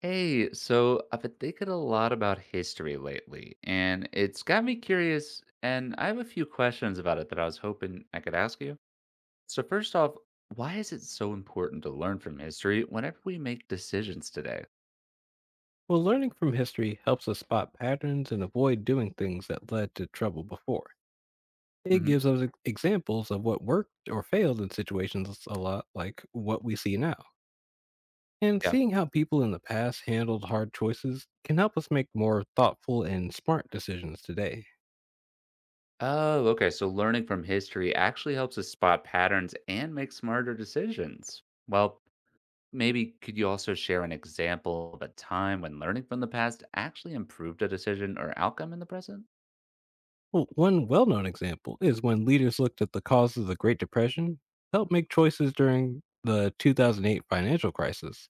Hey, so I've been thinking a lot about history lately, and it's got me curious, and I have a few questions about it that I was hoping I could ask you. So first off, why is it so important to learn from history whenever we make decisions today? Well, learning from history helps us spot patterns and avoid doing things that led to trouble before. It Hmm. gives us examples of what worked or failed in situations a lot like what we see now. And Yeah. seeing how people in the past handled hard choices can help us make more thoughtful and smart decisions today. Oh, okay. So learning from history actually helps us spot patterns and make smarter decisions. Well, maybe could you also share an example of a time when learning from the past actually improved a decision or outcome in the present? Well, one well known example is when leaders looked at the causes of the Great Depression, helped make choices during the 2008 financial crisis.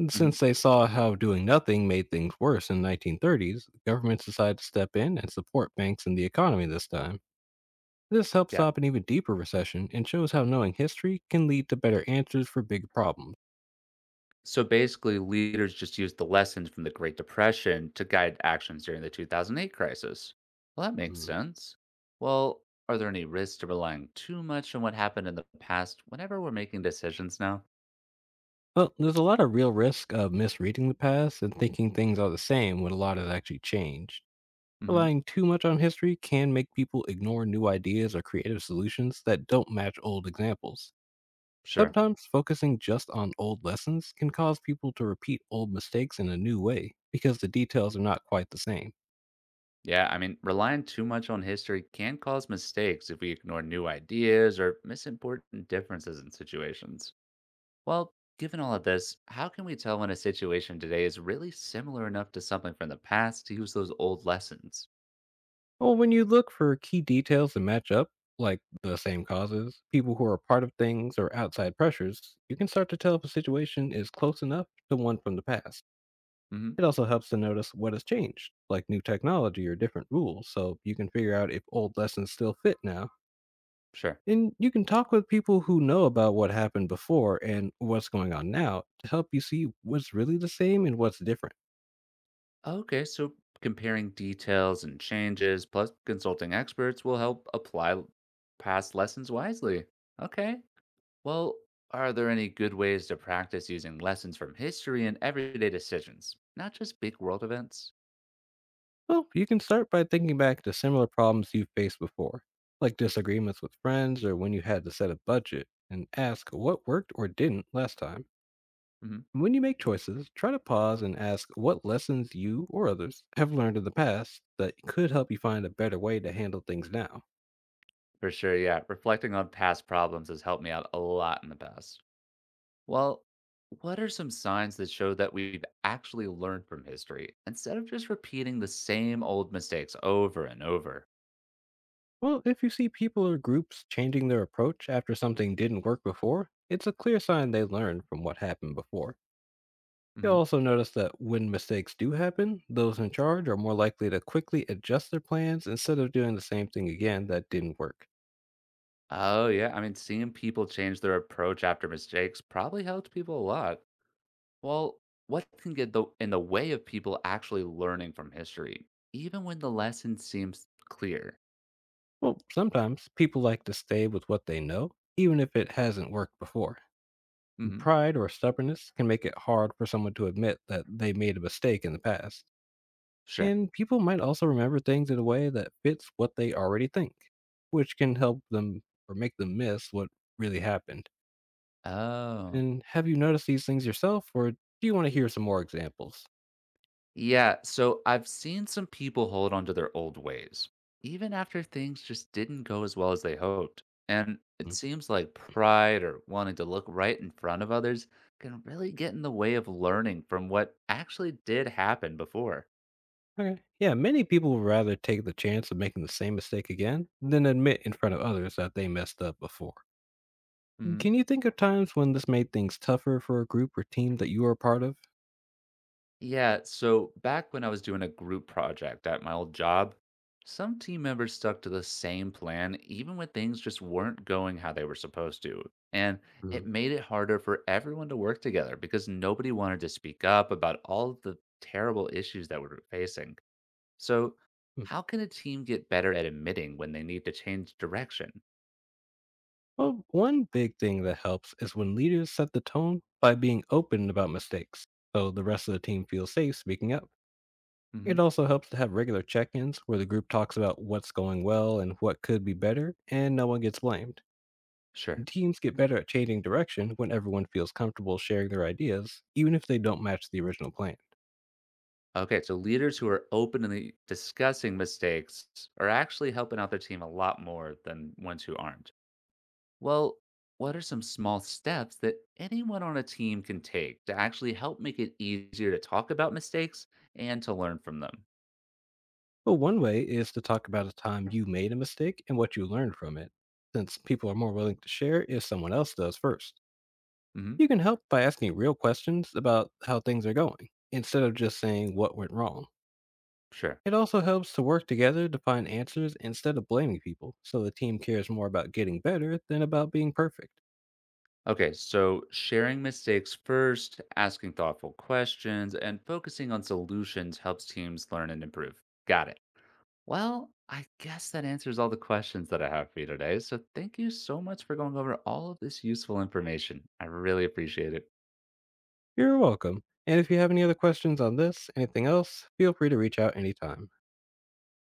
And Hmm. since they saw how doing nothing made things worse in the 1930s, governments decided to step in and support banks and the economy this time. This helped Yeah. stop an even deeper recession and shows how knowing history can lead to better answers for big problems. So basically, leaders just used the lessons from the Great Depression to guide actions during the 2008 crisis. Well, that makes Mm. sense. Well, are there any risks to relying too much on what happened in the past whenever we're making decisions now? Well, there's a lot of real risk of misreading the past and thinking things are the same when a lot has actually changed. Hmm. Relying too much on history can make people ignore new ideas or creative solutions that don't match old examples. Sure. Sometimes focusing just on old lessons can cause people to repeat old mistakes in a new way because the details are not quite the same. Yeah, I mean, relying too much on history can cause mistakes if we ignore new ideas or miss important differences in situations. Well, given all of this, how can we tell when a situation today is really similar enough to something from the past to use those old lessons? Well, when you look for key details that match up, like the same causes, people who are part of things, or outside pressures, you can start to tell if a situation is close enough to one from the past. Mhm. It also helps to notice what has changed, like new technology or different rules, so you can figure out if old lessons still fit now. Sure. And you can talk with people who know about what happened before and what's going on now to help you see what's really the same and what's different. Okay, so comparing details and changes plus consulting experts will help apply past lessons wisely. Okay. Well, are there any good ways to practice using lessons from history in everyday decisions, not just big world events? Well, you can start by thinking back to similar problems you've faced before, like disagreements with friends or when you had to set a budget, and ask what worked or didn't last time. Hmm. When you make choices, try to pause and ask what lessons you or others have learned in the past that could help you find a better way to handle things now. For sure, yeah. Reflecting on past problems has helped me out a lot in the past. Well, what are some signs that show that we've actually learned from history instead of just repeating the same old mistakes over and over? Well, if you see people or groups changing their approach after something didn't work before, it's a clear sign they learned from what happened before. You'll Mm-hmm. also notice that when mistakes do happen, those in charge are more likely to quickly adjust their plans instead of doing the same thing again that didn't work. Oh, yeah. I mean, seeing people change their approach after mistakes probably helped people a lot. Well, what can get the, in the way of people actually learning from history, even when the lesson seems clear? Well, sometimes people like to stay with what they know, even if it hasn't worked before. Hmm. Pride or stubbornness can make it hard for someone to admit that they made a mistake in the past. Sure. And people might also remember things in a way that fits what they already think, which can help them or make them miss what really happened. Oh, And have you noticed these things yourself, or do you want to hear some more examples? yeah. So I've seen some people hold on to their old ways, even after things just didn't go as well as they hoped. And it Mm. seems like pride or wanting to look right in front of others can really get in the way of learning from what actually did happen before. Okay. Yeah, many people would rather take the chance of making the same mistake again than admit in front of others that they messed up before. Mhm. Can you think of times when this made things tougher for a group or team that you were a part of? Yeah, so back when I was doing a group project at my old job, some team members stuck to the same plan even when things just weren't going how they were supposed to. And it Mm. made it harder for everyone to work together because nobody wanted to speak up about all of the terrible issues that we were facing. So, how can a team get better at admitting when they need to change direction? Well, one big thing that helps is when leaders set the tone by being open about mistakes, so the rest of the team feels safe speaking up. It Mhm. also helps to have regular check ins where the group talks about what's going well and what could be better, and no one gets blamed. Sure. And teams get better at changing direction when everyone feels comfortable sharing their ideas, even if they don't match the original plan. Okay, so leaders who are openly discussing mistakes are actually helping out their team a lot more than ones who aren't. Well, what are some small steps that anyone on a team can take to actually help make it easier to talk about mistakes and to learn from them? But one way is to talk about a time you made a mistake and what you learned from it, since people are more willing to share if someone else does first. Hmm. You can help by asking real questions about how things are going instead of just saying what went wrong. Sure. It also helps to work together to find answers instead of blaming people, so the team cares more about getting better than about being perfect. Okay, so sharing mistakes first, asking thoughtful questions, and focusing on solutions helps teams learn and improve. Got it. Well, I guess that answers all the questions that I have for you today. So thank you so much for going over all of this useful information. I really appreciate it. You're welcome. And if you have any other questions on this, anything else, feel free to reach out anytime.